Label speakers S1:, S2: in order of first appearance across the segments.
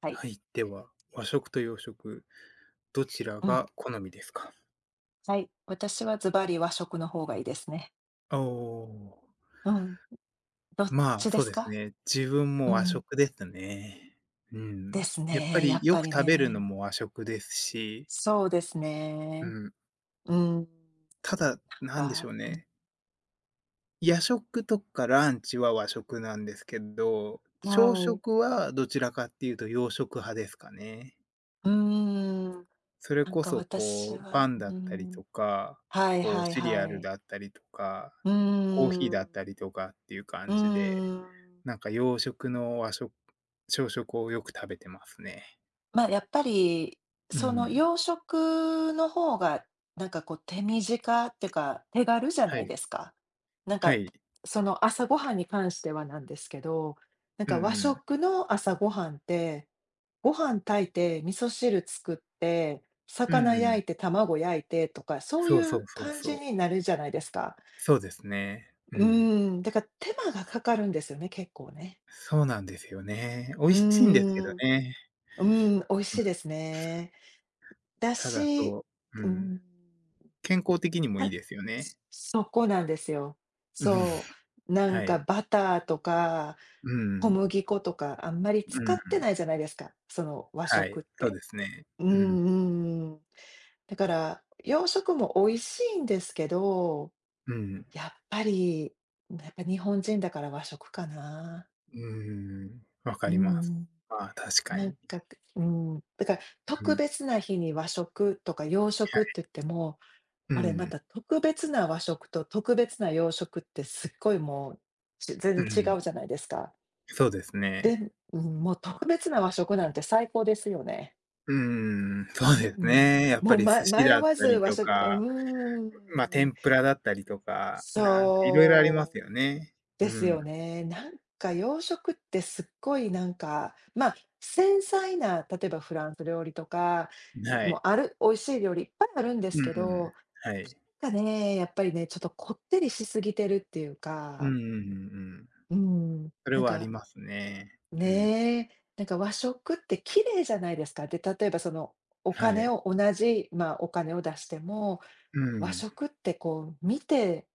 S1: はい。
S2: はい、では、和食と洋食、どちら
S1: うん。
S2: が好みですか？
S1: はい。私はズバリ和食の方がいいですね。
S2: おお、
S1: うん。どっ
S2: まあ、
S1: ちで
S2: そう
S1: す
S2: です
S1: か？
S2: ね。自分
S1: う
S2: も和
S1: ん。
S2: 食ですね。う
S1: で
S2: ん。
S1: す
S2: やっぱ
S1: ね、や
S2: り
S1: っ
S2: よ
S1: ぱ
S2: く
S1: り
S2: 食べるの
S1: ね。
S2: も和食ですし、
S1: そうです
S2: う
S1: ね。
S2: ん。
S1: うん。
S2: ただ、な
S1: なん
S2: んでし
S1: か、
S2: ょう
S1: う
S2: ね。夜食とかランチは和食なんですけど、
S1: ん、
S2: 朝
S1: はい。
S2: 食はどちらかっていうと洋食派ですかね。
S1: うーん。
S2: それ
S1: なん
S2: こ
S1: か
S2: そ
S1: 私
S2: こう、パ
S1: は、
S2: ン
S1: う
S2: だったり
S1: ん。
S2: とか、
S1: はい
S2: こう
S1: はい
S2: シリア
S1: は
S2: ル
S1: い。
S2: だったりとか、
S1: う
S2: コーヒーだ
S1: ん。
S2: ったりとかっていう
S1: うー
S2: 感じで、
S1: ん。
S2: なんか洋食の和食朝食をよく食べてますね。
S1: ま、あやっぱり、
S2: う
S1: その
S2: ん。
S1: 洋食の方が、なんかこう手短っていうか、手軽じゃ
S2: は
S1: ないで
S2: い。
S1: すか。なん
S2: は
S1: か、
S2: い。
S1: その朝ごはんに関してはなんですけど、なん
S2: う
S1: か和
S2: んうん。
S1: 食の朝ごはんって、ご飯炊いて、味噌汁作って、
S2: う
S1: 魚
S2: んう
S1: 焼いて、
S2: ん。
S1: 卵焼いてとか、そうい
S2: そうそう
S1: う
S2: そう
S1: 感
S2: そ
S1: じ
S2: う。
S1: になるじゃないですか。
S2: そうですね。
S1: う
S2: うん。
S1: ーん、だから手間がかかるんですよね、結構ね。
S2: そうなんですよね。美
S1: う
S2: 味
S1: ー
S2: しいんですけど
S1: ん、う
S2: ね。
S1: ーん、美味
S2: う
S1: し
S2: ん。
S1: いですね。だ
S2: ただ
S1: し、
S2: そう、う
S1: う
S2: ん。
S1: ん、
S2: 健康的にもい
S1: あ、
S2: いですよ
S1: そ
S2: ね。
S1: そこなんですよ。
S2: うん。
S1: そう、なん
S2: は
S1: か
S2: い。
S1: バターとか、
S2: う
S1: 小
S2: ん。
S1: 麦粉とかあんまり使
S2: うんう
S1: ってない
S2: ん。
S1: じゃないですか、その和
S2: は
S1: 食
S2: い、
S1: っ
S2: そう
S1: て。
S2: ですね。
S1: う
S2: うん。
S1: んうん。だから、洋食も美味しいんですけど、
S2: うん。
S1: やっぱり、やっぱ日本人だから和食かな。
S2: うーん、わか
S1: う
S2: ります。
S1: ん。
S2: ああ、確か
S1: なん
S2: に。
S1: か、うん、だから
S2: うん。
S1: 特
S2: はい。
S1: 別な日に和食とか洋食って言っても、
S2: う
S1: あれまた
S2: ん。
S1: 特別な和食と特別な洋食ってすっごいもう、ち
S2: う
S1: 全然
S2: ん。
S1: 違うじゃないですか。
S2: そうです
S1: で、
S2: ね。
S1: うん、もう特別な和食なんて最高ですよね。
S2: うーん、そ
S1: う
S2: うです
S1: ん。
S2: ね。やっ
S1: も
S2: ぱ
S1: う、
S2: り
S1: ま
S2: 寿司
S1: 迷
S2: だっ
S1: わ
S2: た
S1: ず
S2: り
S1: 和
S2: と
S1: 食う
S2: か、
S1: ー
S2: ま、
S1: ん。
S2: 天ぷらだったりとか、なんか色々ありま
S1: そう。
S2: すよね。う
S1: です
S2: ん。
S1: よね。なんか洋食ってすっごいなんか、まあ、繊細な、例えばフランス料理とか、
S2: は
S1: もう
S2: い。
S1: ある美味しい料理いっぱいあるんで
S2: う
S1: す
S2: ん
S1: け
S2: うん。
S1: ど、
S2: はい。
S1: なんかね、やっぱりね、ちょっとこってりしすぎてるっていう
S2: うん
S1: か、
S2: うんうんうん。
S1: うん、
S2: それ
S1: なん
S2: はあり
S1: か
S2: ますね。うん。
S1: ね、なんか和食って綺麗じゃないですか。で、例えばそのお
S2: は
S1: 金
S2: い。
S1: を同じ、まあ、お金を出しても、
S2: う
S1: 和
S2: ん。
S1: 食ってこう見て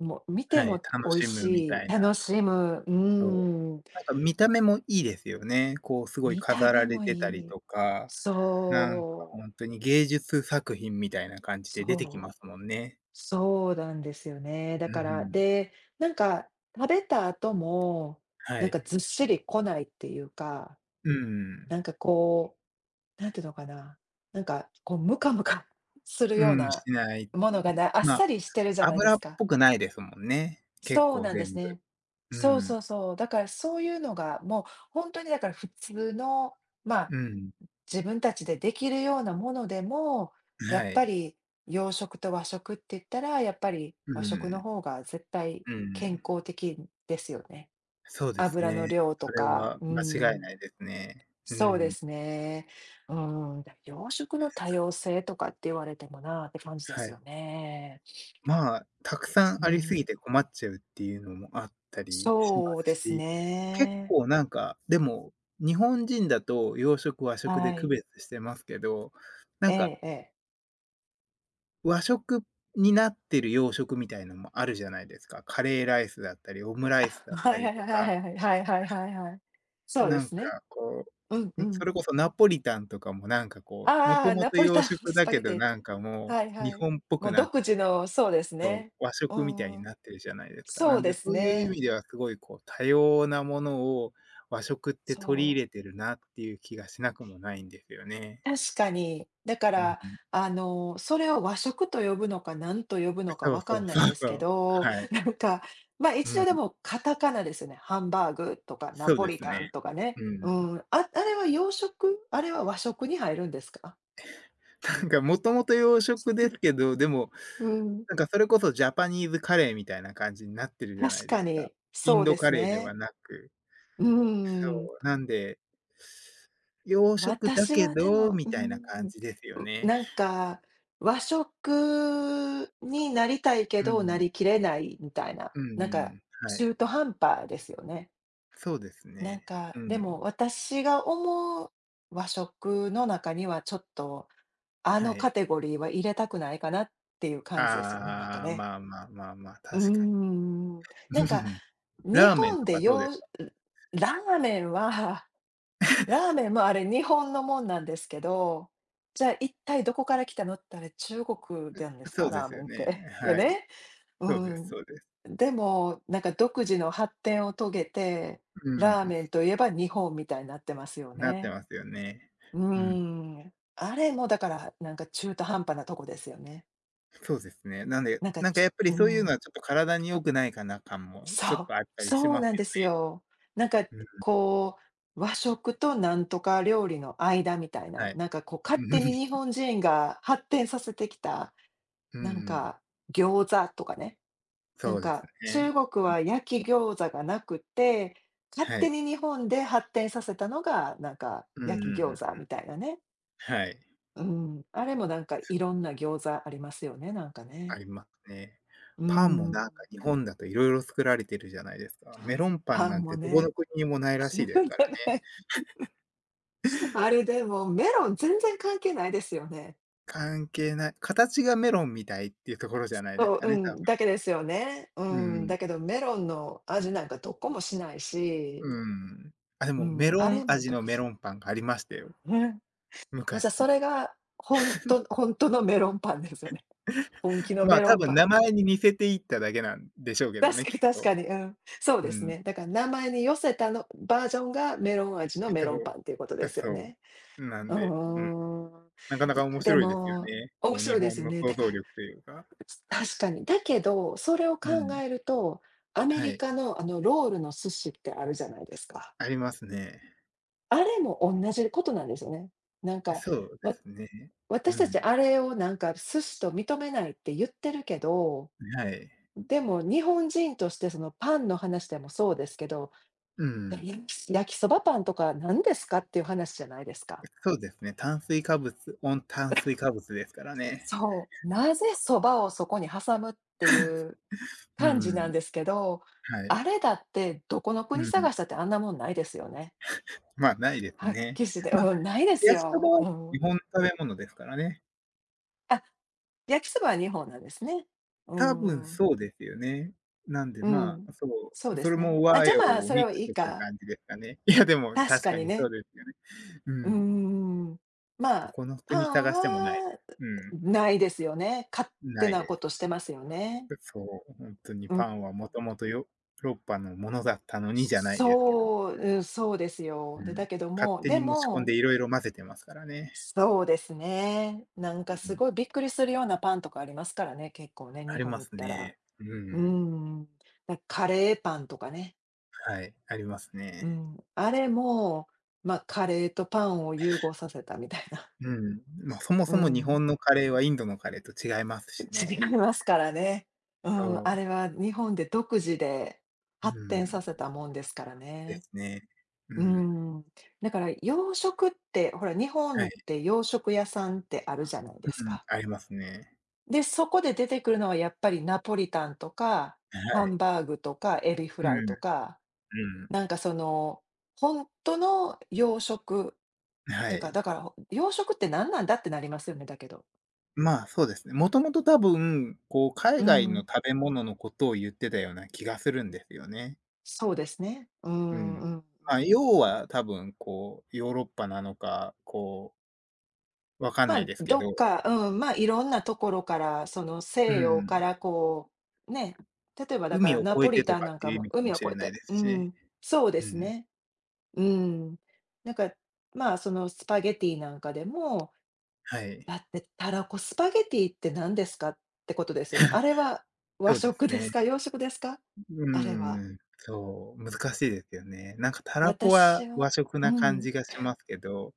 S1: も見
S2: は
S1: て
S2: い、
S1: も
S2: 楽
S1: 美味
S2: しむみ
S1: し
S2: た
S1: い、
S2: いな。
S1: 楽しむ、う
S2: そう。
S1: ん。
S2: なんか見た目もいいですよね。こうすごい
S1: 見た
S2: 飾
S1: 目
S2: られ
S1: も
S2: てたり
S1: いい。
S2: とか、なんか
S1: そ
S2: ほ
S1: う、
S2: んとに芸術作品みたいな感じで出てき
S1: そう、
S2: ますもんね。
S1: そうなんですよね。だ
S2: う
S1: から、
S2: ん。
S1: で、なんか食べた後も、
S2: は
S1: なん
S2: い。
S1: かずっしり来ないっていうか、
S2: うん。
S1: なんかこう、なんていうのかな、なんかこうムカムカ するよう
S2: うん、
S1: な
S2: しない。
S1: もの
S2: う
S1: が
S2: ん、
S1: ない、あっ
S2: ま、
S1: さりしてるじゃないで
S2: 油
S1: す
S2: っ
S1: か。
S2: ぽくないですもんね。結
S1: そう
S2: 構
S1: なんで
S2: 全
S1: す
S2: 部。
S1: ね。そう
S2: うん。
S1: そうそう。だからそういうのが、もう本当にだから普通の、まあ
S2: うん。
S1: 自分たちでできるようなものでも、やっ
S2: は
S1: ぱ
S2: い。
S1: り洋食と和食って言ったら、やっぱり
S2: う
S1: 和食の
S2: ん。
S1: 方が絶対
S2: う
S1: 健
S2: ん。
S1: 康的ですよね。
S2: そうです
S1: 油
S2: ね。
S1: の量と
S2: それ
S1: か、
S2: は
S1: う
S2: 間違い
S1: ん、
S2: ないですね。う
S1: そうで
S2: ん。
S1: すね。うん、洋食の多様性とかって言われてもなって感じで
S2: は
S1: すよ
S2: い。
S1: ね。
S2: まあ、たくさ
S1: う
S2: んありす
S1: ん、
S2: ぎて困っちゃうっていうのもあったりしま
S1: そうで
S2: す
S1: す
S2: し、結
S1: ね。
S2: 構なんか、でも、日本人だと洋食、和食で
S1: は
S2: 区
S1: い。
S2: 別してますけど、な
S1: え
S2: んか、
S1: えええ。
S2: 和食になってる洋食みたいのもあるじゃないですか。カレーライスだったり、オムライスだっ
S1: は
S2: た
S1: い
S2: り
S1: はい
S2: と
S1: はい
S2: か、
S1: はいはいはいはいはい。そうで
S2: なん
S1: す
S2: か
S1: ね。
S2: こ
S1: うん
S2: う、
S1: う
S2: ん、
S1: ん。
S2: それこそナポリタンとかもなんかこう、もと
S1: ああ、
S2: も
S1: ナ
S2: と
S1: ポリ
S2: 洋
S1: タン
S2: 食
S1: ス
S2: だ
S1: パ
S2: け
S1: ゲ
S2: ど、
S1: テ
S2: なんか
S1: ィ。
S2: も
S1: はい
S2: う日
S1: はい。
S2: 本っぽ
S1: も
S2: く
S1: う
S2: なっ
S1: 独自
S2: て
S1: の、そうです
S2: そう、
S1: ね。
S2: 和
S1: う
S2: 食みたい
S1: んう
S2: に
S1: ん。
S2: なってるじゃないですか。
S1: そ
S2: な
S1: う
S2: ん
S1: で
S2: で、
S1: す
S2: そういう意
S1: ね。
S2: 味ではすごいこう、多様なものを和食って取り
S1: そ
S2: 入れ
S1: う。
S2: てるなっていう気がしなくもないんですよね。
S1: 確かに。だか
S2: う
S1: ら、
S2: ん。
S1: あの、それを和食と呼ぶのか、何と呼ぶのか
S2: そう
S1: わか
S2: そう
S1: んないん
S2: そう
S1: です
S2: そ
S1: け
S2: う。
S1: ど、
S2: はい。
S1: なんか、ま、
S2: う
S1: 一応
S2: ん。
S1: でもカタカナですよね。ハンバーグとかナ
S2: そう
S1: ポ
S2: で
S1: リ
S2: す
S1: タ
S2: ね。
S1: ンとかね。
S2: う
S1: う
S2: ん。
S1: ん。あ、あれは洋食？あれは和食に入るんですか？
S2: なんかもともと洋食ですけど、でも、
S1: うん。
S2: なんかそれこそジャパニーズカレーみたいな感じになってるじゃな
S1: 確
S2: いで
S1: か
S2: すか。
S1: に、
S2: イ
S1: そ
S2: ン
S1: う
S2: ド
S1: で
S2: カ
S1: す
S2: レーでは
S1: ね。
S2: なく。
S1: うー
S2: そう、
S1: ん。
S2: なんで洋食だ
S1: 私
S2: け
S1: はで
S2: ど
S1: も、
S2: み
S1: う
S2: たいな感
S1: ん、う
S2: じですよね。
S1: なんか、和食になりたいけ
S2: う
S1: ど、な
S2: ん。
S1: りきれないみたいな、
S2: う
S1: なん
S2: んう
S1: か、
S2: ん。はい。
S1: 中途半端ですよね。
S2: そうです
S1: なん
S2: ね。う
S1: か、でも
S2: ん。
S1: 私が思う和食の中には、ちょっと、あ
S2: は
S1: のカ
S2: い。
S1: テゴリーは入れたくないかなっていう感じですよね、なんか
S2: ああ、
S1: ね。
S2: まあまあまあまあ、
S1: うー
S2: 確か
S1: ん。
S2: に。
S1: なんか、
S2: うん
S1: 日
S2: ラーメン
S1: 本
S2: と
S1: で
S2: かどうで
S1: よ
S2: す
S1: う
S2: か？
S1: ラーメンは、ラーメンもあれ、日本のもんなんですけど、じゃあ、一体どこから来たのってあれ、中国でんで す
S2: そ
S1: か？
S2: うで
S1: ラー
S2: す
S1: メ
S2: よ
S1: ンっ
S2: ね。
S1: て。よ
S2: はい。
S1: ね。う
S2: そうです
S1: ん。
S2: そうです。
S1: でも、なんか独自の発展を遂げて、
S2: うん。
S1: ラーメン といえば日本みたいになってますよ
S2: なって
S1: ね。
S2: ますよね。
S1: うー
S2: うん。
S1: ん。あれもだから、なんか中途半端なとこですよね。
S2: そうですね。なんで、
S1: なんか、
S2: なんかやっ
S1: ち
S2: ぱり
S1: う
S2: そういうの
S1: ん。
S2: はちょっと体に良くないかな感も
S1: そ
S2: ちょっ
S1: う、
S2: とあったりし
S1: そう
S2: ます
S1: なんで
S2: よ。
S1: すよ。なんか
S2: うん、
S1: こう、和食となんとか料理の間みたいな、
S2: はい。
S1: なんかこう
S2: う
S1: 勝手
S2: ん
S1: に日 本人が発展させてきた、
S2: うん
S1: なん
S2: うん。
S1: か餃子とかね、な
S2: そ
S1: ん
S2: うです
S1: か
S2: ね。
S1: 中国は焼き餃子がなくて、勝
S2: は
S1: 手
S2: い。
S1: に日本で発展させたのが、なんか
S2: う
S1: 焼
S2: ん
S1: き餃子
S2: うん。
S1: みたいなね。
S2: はい。
S1: うん、あれもなんかいろんな餃子ありますよね、なんか
S2: あ
S1: ね。
S2: りますね。
S1: う
S2: パンも
S1: ん、
S2: なんか日本だと色々作られてるじゃないですか。メロンパン
S1: パ
S2: な
S1: ン
S2: んて
S1: も
S2: どこ
S1: ね。
S2: の国にもないら しいですからね。
S1: ね、あれでも、メロン全然関係ないですよね。
S2: 関係ない形がメロンみたいっていうところじゃないで
S1: そ
S2: す
S1: う、
S2: か
S1: う
S2: ね、多分。
S1: ん、だけですよね。う
S2: う
S1: ん、
S2: ん。
S1: だけどメロンの味なんかどこもしないし、
S2: うん。あ、で
S1: う
S2: も
S1: ん、
S2: メロ
S1: あ
S2: ン
S1: れも
S2: 味の
S1: 独
S2: メ
S1: 自。
S2: ロンパンがありましたよ、
S1: ね。もう、じゃあそ
S2: 昔。
S1: れがほんとほんとのメロンパンですよね。本気の
S2: ま
S1: メ
S2: あ、
S1: ロ
S2: 多
S1: ンパ
S2: 分
S1: ン。
S2: 名前に似せていっただけなんでしょうけど
S1: 確
S2: ね、
S1: かに
S2: きっ
S1: 確
S2: と。
S1: かに、うん、そう
S2: う
S1: です
S2: ん。
S1: ね。だから名前に寄せたのバージョンがメロン味のメロ
S2: そ
S1: ン
S2: う、
S1: パンっていうことです
S2: そ
S1: よね。
S2: う。なん
S1: うー
S2: で、うん、
S1: ん。
S2: なかなか面
S1: で
S2: 白いですよ
S1: も、
S2: ね。
S1: 面
S2: こう日
S1: 白いです
S2: 本
S1: よ
S2: の
S1: ね。
S2: 想
S1: だか
S2: 像
S1: ら
S2: 力というか。
S1: 確かに。だけど、それを
S2: う
S1: 考
S2: ん。
S1: えると、アメ
S2: は
S1: リ
S2: い。
S1: カのあのロールの寿司ってあるじゃないですか。
S2: ありますね。
S1: あれも同じことなんですよね。なんか、
S2: そうで
S1: わ
S2: すね。
S1: 私
S2: う
S1: た
S2: ん、
S1: ちあれをなんか寿司と認めないって言ってるけど、
S2: はい。
S1: でも日本人としてそのパンの話でもそうですけど、
S2: う
S1: え
S2: ん。
S1: 焼き焼きそばパンとか何ですかっていう話じゃないですか。
S2: そうですね、炭水化物温炭水化物ですからね。
S1: そう。なぜそばをそこに挟むっていう
S2: う
S1: 感じなん
S2: ん、
S1: ですけど、
S2: はい。
S1: あれだってどこの
S2: う
S1: 国
S2: ん。
S1: 探したってあんなもんないですよね。
S2: ま、あないです
S1: はっ
S2: ね。
S1: きしで
S2: まあ、
S1: うん、ないです
S2: 焼きそば
S1: よ。
S2: は
S1: う
S2: 日
S1: ん。
S2: 本の食べ物ですからね。
S1: あ、焼きそばは2本なんですね。う
S2: 多分
S1: ーん、
S2: そうですよね。なんで、
S1: う
S2: ま
S1: ん。
S2: あ、そ
S1: そう
S2: う、
S1: で
S2: そ
S1: す
S2: れ
S1: ね。
S2: も
S1: あ、
S2: 和
S1: じゃ、
S2: 洋
S1: まあ、
S2: を
S1: それ
S2: ミッ
S1: は
S2: ク
S1: いい
S2: スした
S1: か。
S2: 感じですかね。いや、でも
S1: 確
S2: 確
S1: か
S2: か
S1: に
S2: にそう
S1: ね。
S2: ですよね。
S1: う
S2: うん。
S1: んんん。ま
S2: ど
S1: あ、
S2: この国
S1: パン
S2: 探してもないで
S1: は、
S2: す。う
S1: ないですよね。勝
S2: ん、
S1: 手
S2: ない
S1: な
S2: で
S1: こ
S2: す。
S1: としてますよね。
S2: そう、本当に
S1: う
S2: パ
S1: ん。
S2: ンはもともとヨーロッパのものだったのにじゃないですけど、
S1: そう、うん、そうです
S2: う
S1: よ。で、
S2: ん。
S1: だけど
S2: 勝
S1: も、
S2: 手
S1: で
S2: に持ち込ん
S1: も
S2: で色々混ぜてますからね。
S1: そうですね。なんか
S2: う
S1: す
S2: ん、
S1: ごいびっくりするようなパンとかありますからね、結構ね、
S2: あ
S1: 日
S2: り
S1: 本
S2: ま
S1: 行っ
S2: す
S1: たら。
S2: ね。う
S1: う
S2: ん。
S1: ん。カレーパンとかね。
S2: はい、あります
S1: う
S2: ね。
S1: ん。あれも、まあ、カレーとパンを融合させたみたいな。
S2: うん、まあ、そも
S1: う
S2: そも日
S1: ん。
S2: 本のカレーはインドのカレーと違いますし
S1: 違い
S2: ね。
S1: ますからね。うん、あ
S2: そ
S1: れは日本で独自で
S2: う、う
S1: 発展さ
S2: ん、
S1: せたもんですから
S2: で
S1: ね。
S2: すね。う
S1: う
S2: ん、
S1: ん。だから洋食って、ほら、日
S2: は
S1: 本っ
S2: い、
S1: て洋食屋さんってあるじゃない
S2: う
S1: です
S2: ん、
S1: か。
S2: ありますね。
S1: で、そこで出てくるのはやっぱりナポリタンとか、
S2: は
S1: ハン
S2: い、
S1: バーグとか、エビフ
S2: う
S1: ライと
S2: ん、
S1: か、
S2: うん、
S1: なんかその、本当の洋食っ
S2: は
S1: ていうか、
S2: い。
S1: だから、洋食って何なんだってなりますよね、だけど。
S2: まあ、そうですね。もともと多分、こう、
S1: う
S2: 海外の
S1: ん。
S2: 食べ物のことを言ってたような気がするんですよね。
S1: そうですね。う
S2: う
S1: ん、
S2: ん。
S1: うん、うん。
S2: まあ、要は多分、こう、ヨーロッパなのか、こう、わかん
S1: ま
S2: ない
S1: あ、
S2: ですけ
S1: どっ
S2: ど、
S1: か、うん、まあ、いろんなところから、その
S2: う
S1: 西洋か
S2: ん。
S1: らこう、ね、例えばだか
S2: 海
S1: ら
S2: を
S1: ナ
S2: 越え
S1: ポリ
S2: てと
S1: タン
S2: か
S1: な
S2: っ
S1: ん
S2: て
S1: か
S2: いう意
S1: も
S2: 味か
S1: 海
S2: も
S1: を
S2: し
S1: 越
S2: れ
S1: え
S2: ない
S1: て、
S2: で
S1: う
S2: すしね。
S1: ん、そうで
S2: う
S1: す
S2: ん。
S1: ね。うん。なんか、まあ、そのスパゲティなんかでも、
S2: はい。
S1: だってたらこスパゲティって何ですかってことですよね。あれは和
S2: そうです
S1: 食で
S2: ね。
S1: すか？洋食ですか？
S2: う
S1: あれは。
S2: ん。そう、難しいですよね。なんかたらこは
S1: 私
S2: 和
S1: は
S2: 食
S1: う
S2: な感
S1: ん、
S2: じがしますけど、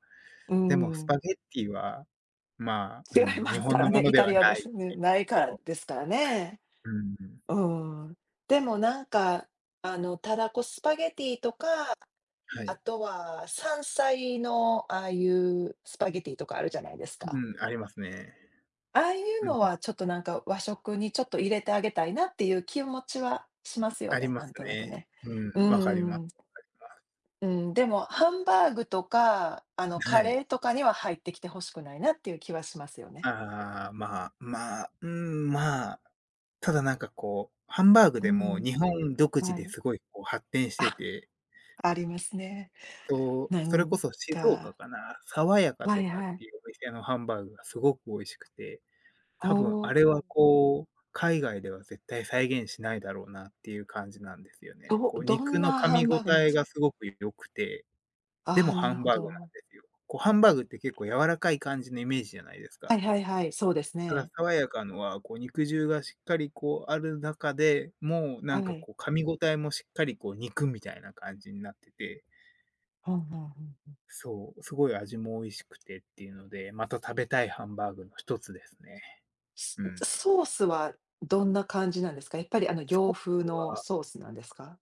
S1: う
S2: でもス
S1: ん、
S2: パゲッティは、まあ、
S1: 違
S2: う
S1: い
S2: ん、
S1: ま
S2: 日
S1: すか
S2: 本の
S1: ら
S2: も
S1: ね。
S2: の
S1: イ
S2: で
S1: タ
S2: は
S1: リア
S2: な
S1: で
S2: い。
S1: すね。ないから
S2: そう。
S1: ですからね。
S2: うんうん、
S1: うん。でもなんか、あの、たらこスパゲティとか、
S2: は
S1: あ
S2: い。
S1: とは山菜のああいうスパゲティとかあるじゃないですか。
S2: うん、ありますね。
S1: ああいう
S2: うん、
S1: のはちょっとなんか和食にちょっと入れてあげたいなっていう気持ちはしますよ
S2: あり
S1: ね、
S2: ま
S1: な
S2: す
S1: んとなく
S2: ね。
S1: ね。うー
S2: うん、わかりま
S1: ん、
S2: す。
S1: うん、でもハンバーグとか、カ
S2: は
S1: レ
S2: い。
S1: ーとかには入ってきて欲しくないなっていう気はしますよね。
S2: ああ、まあ、まあ、うん、まあ、ただなんかこう、ハンバーグ
S1: う
S2: でも
S1: ん、
S2: 日本独自
S1: は
S2: で
S1: い。
S2: すごいこう発展して
S1: あ、
S2: て、
S1: ありますね。
S2: そう
S1: な
S2: それこ
S1: ん
S2: そ静岡
S1: か
S2: かな、爽やか
S1: は
S2: と
S1: い
S2: かっ
S1: はい。
S2: ていうお店のハンバーグがすごく美味しくて、
S1: お
S2: 多分あ
S1: お、
S2: れはこう、海外では絶対再現しないだろうなっていう感じなんですよね。
S1: ど
S2: こう
S1: ど
S2: 肉
S1: ん
S2: の
S1: な
S2: 噛
S1: ハ
S2: み
S1: ンバ
S2: 応
S1: ーグなんで
S2: え
S1: す
S2: が
S1: か？
S2: すごく良くてで
S1: あ
S2: も
S1: あー、な
S2: ハ
S1: る
S2: ン
S1: ほ
S2: バーグな
S1: ど。
S2: んですよ。こうハンバーグって結構柔らかい感じのイメージじゃないですか。
S1: はいはいはい、そうです
S2: ただ
S1: ね。
S2: 爽やかのは、こう肉汁がしっかりこうある中で、もうな
S1: は
S2: んか
S1: い。
S2: こう噛み応えもしっかりこう肉みたいな感じになってて、
S1: はんはんうん。
S2: そう、すごい味も美味しくてっていうので、また食べたいハンバーグの一つですね。うん。
S1: ソースはどんな感じなんですか？やっぱり
S2: そ
S1: 洋
S2: こ
S1: 風の
S2: は
S1: ソースなんですか？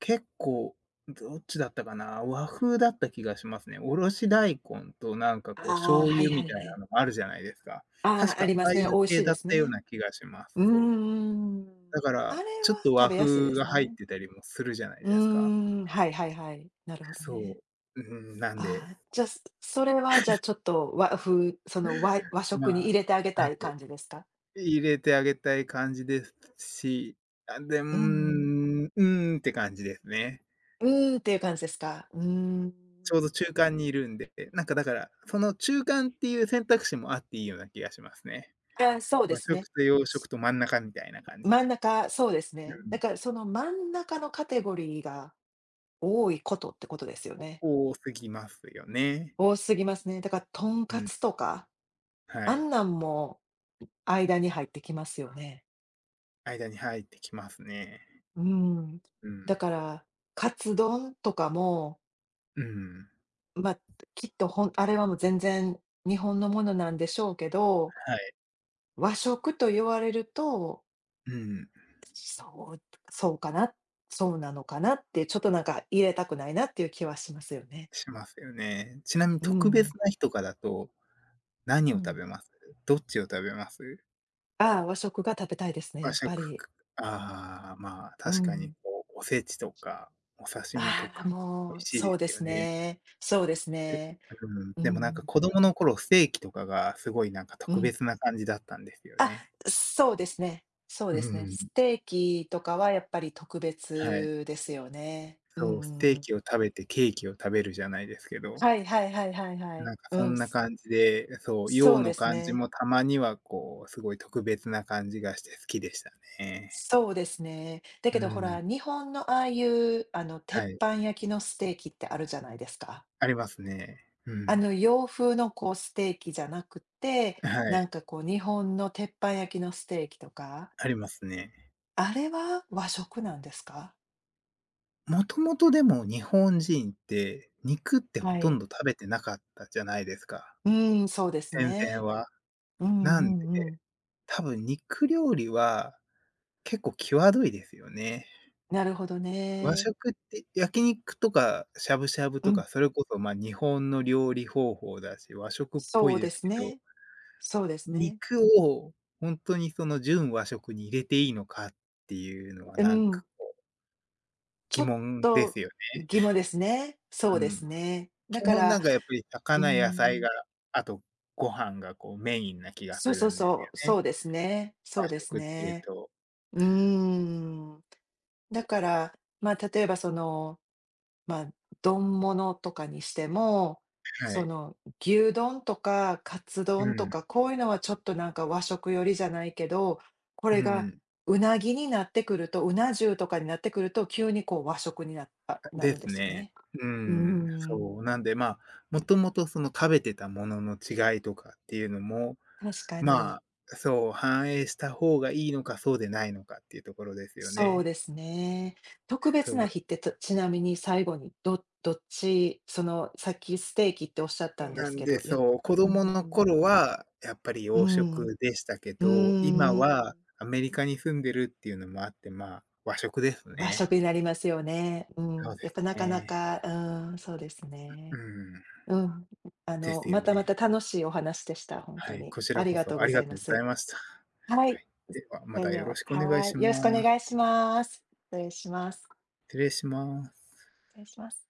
S2: 結構、どっちだったかな、和風だった気がしますね。おろし大根となんかこう
S1: あ
S2: 醤
S1: あ、はい
S2: 油
S1: は
S2: み
S1: い
S2: た
S1: は
S2: いな
S1: い。
S2: のがあるじゃないですか。確
S1: ああ、あ
S2: か
S1: りま
S2: ああ
S1: す
S2: い
S1: ね。
S2: う
S1: 美味し
S2: 系
S1: い
S2: だ
S1: で
S2: っ
S1: す
S2: たよう
S1: ね。
S2: な気がします。
S1: うー
S2: そう。
S1: ん。
S2: だか
S1: あれ
S2: ら、ちょっ
S1: は
S2: と
S1: 食
S2: 和
S1: べやすい
S2: 風
S1: です
S2: が入っ
S1: ね。
S2: てたりもするじゃない
S1: うー
S2: ですか。
S1: ん、はいはいはい。なるほどね。
S2: そう。うん、なんで、
S1: ああ、じゃあ、それはじゃあちょっと和風、和和
S2: ま
S1: 食に入
S2: あ、
S1: れてあげ
S2: な
S1: た
S2: ん
S1: い
S2: で、
S1: 感じですか？
S2: 入れてあげたい感じですし、あ、で、うー
S1: うんうん。
S2: ん、うーんって感じですね。
S1: ーんっていう感じですか。うーん。
S2: ちょうど中間にいるんで、なんかだから、その中間っていう選択肢もあっていいような気がしますね。
S1: あ、そうで
S2: 和
S1: す
S2: 食
S1: ね。
S2: と洋食と真ん中みたいな感じで。
S1: 真ん中、そうです
S2: う
S1: ね。だ
S2: ん。
S1: からその真ん中のカテゴリーが多いことってことですよね。
S2: 多すぎますよね。
S1: 多すぎますね。だからとん
S2: う
S1: か
S2: ん、
S1: つとか、
S2: は
S1: あ
S2: い。
S1: んなんも間に入ってきますよね。
S2: 間に入ってきますね。
S1: うん。
S2: う
S1: だ
S2: ん。
S1: から、カツ丼とかも、
S2: うん。
S1: まあ、きっとあれはもう全然日本のものなんでしょうけど、
S2: はい。
S1: 和食と言われると、
S2: うん。
S1: そうそうかな、そうなのかなって、ちょっとなんか入れたくないなっていう気はしますよね。
S2: しますよね。ちなみに
S1: う
S2: 特
S1: ん、
S2: 別な日とかだと、何を
S1: う
S2: 食
S1: ん。
S2: べます？どっちを食べます？
S1: ああ、和食が食べたいですね、
S2: 和
S1: やっぱ
S2: 食
S1: り。
S2: かああ、まあ、
S1: う
S2: 確かに
S1: ん。
S2: こう、おせちとかお刺身と
S1: ああ、
S2: か美
S1: もう、
S2: 味しい
S1: そ
S2: で
S1: うで
S2: すよ
S1: す
S2: ね。
S1: ね。そうです
S2: で
S1: ね。
S2: うん、
S1: う
S2: でもなんか
S1: ん、
S2: 子供の頃、ステーキとかがすごいなんか
S1: う
S2: 特
S1: ん。
S2: 別な感じだったんですよ
S1: あ、
S2: ね。
S1: そうですね。そう
S2: う
S1: ですね。
S2: ん
S1: ステーキとかはやっぱり特
S2: はい。
S1: 別ですよね。うんう
S2: そう、ステ
S1: んう
S2: ー
S1: ん。
S2: キを食べてケーキを食べるじゃないですけど、
S1: はいはいはいはいは
S2: な
S1: い。
S2: んか
S1: う
S2: そ
S1: ん、
S2: んな感じで、そう、
S1: そ
S2: 洋
S1: う
S2: の
S1: です
S2: 感じ
S1: ね。
S2: もたまにはこう、すごい特別な感じがして好きでしたね。
S1: そうですね。だ
S2: う
S1: けどほ
S2: ん。
S1: ら、日本のああいう、鉄
S2: はい。
S1: 板焼きのステーキってあるじゃないですか。
S2: ありますね。うん。
S1: 洋風のこうステーキじゃなくて、
S2: はい、
S1: なんかこう日本の鉄板焼きのステーキとか、
S2: ありますね。
S1: あれは和食なんですか？
S2: もともとでも日本人って、肉って
S1: は
S2: ほとん
S1: い。
S2: ど食べてなかったじゃないですか、
S1: うーん、そうです
S2: 全然
S1: ね。
S2: は。
S1: うん
S2: なんで、
S1: うんうん。
S2: 多分肉料理は結構際どいですよね。
S1: なるほど
S2: 和
S1: ね。
S2: 食って焼肉とかしゃぶしゃぶ
S1: う
S2: とか、
S1: ん、
S2: それこそ、ま、日本の料理方法だし、和食っぽ
S1: そ
S2: い
S1: う
S2: で
S1: で
S2: すけ
S1: す
S2: ど、
S1: ね。そうですね。
S2: 肉を本当にその純和食に入れていいのかっていうのは
S1: う
S2: なん
S1: ん、
S2: かこう
S1: ちょ
S2: 疑
S1: っ
S2: 問です
S1: と
S2: よね。
S1: 義務ですね。そう
S2: う
S1: で
S2: ん。
S1: すね。だ
S2: 基
S1: か
S2: 本な
S1: ら、
S2: んかやっぱり
S1: うー
S2: 魚、野菜
S1: ん、
S2: が、あとご飯がこうメインな気がするんですよ
S1: そ
S2: ね、
S1: うですね。そ
S2: 和
S1: うです
S2: 食っていう
S1: ね。
S2: と。
S1: うーん。だから、まあ、例えばまあ、丼物とかにしても、
S2: は
S1: そ
S2: い。
S1: の、牛丼とかカツ
S2: う
S1: 丼と
S2: ん、
S1: か、こういうのはちょっとなんか和食寄りじゃないけど、こ
S2: う
S1: れが
S2: ん。
S1: うなぎになってくると、うな重とかになってくると、急にこう和食になあ、な
S2: で
S1: るんで
S2: す
S1: すよ
S2: ね。
S1: ね。
S2: う
S1: うー
S2: ん、
S1: ん、
S2: そう、なんで、まあ、もともとその食べてたものの違いとかっていうのも、
S1: 確か
S2: ま
S1: に。
S2: あ、そう、反映した方がいいのか、そうでないのかっていうところですよ
S1: そう
S2: ね。
S1: ですね。特別な日っ
S2: そ
S1: て、ちなみに最後にどっち、その、さっきステーキっておっしゃった
S2: う、
S1: んで
S2: な
S1: す
S2: ん
S1: け
S2: で、
S1: ど、
S2: そう、子
S1: う
S2: 供の
S1: ん、
S2: 頃はやっぱり
S1: う
S2: 洋
S1: ん、
S2: 食でしたけ
S1: う
S2: ど、
S1: ー
S2: 今
S1: ん。
S2: はアメリカに住んでるっていうのもあって、まあ、和食です
S1: 和
S2: ね。
S1: 食になりますよね。う
S2: そ
S1: ん。
S2: うで
S1: やっ
S2: す
S1: ぱなかな
S2: ね。
S1: か、うーん、そうです
S2: う
S1: ね。
S2: ん、
S1: うん。
S2: ですよ
S1: またまた
S2: ね。
S1: 楽しいお話でした。本
S2: は
S1: 当
S2: い、
S1: に。
S2: こち
S1: あ
S2: ら
S1: り
S2: こ
S1: がとう
S2: そあ
S1: ご
S2: り
S1: ざ
S2: が
S1: い
S2: と
S1: ま
S2: うござい
S1: す。
S2: ました。
S1: は
S2: は
S1: い。
S2: い、では、
S1: そ
S2: ま
S1: れ
S2: た
S1: で
S2: よろ
S1: は、
S2: しくお願い
S1: は
S2: し
S1: い。よろしくお
S2: ます。
S1: 願いします。失礼します。
S2: 失礼します。
S1: 失礼します。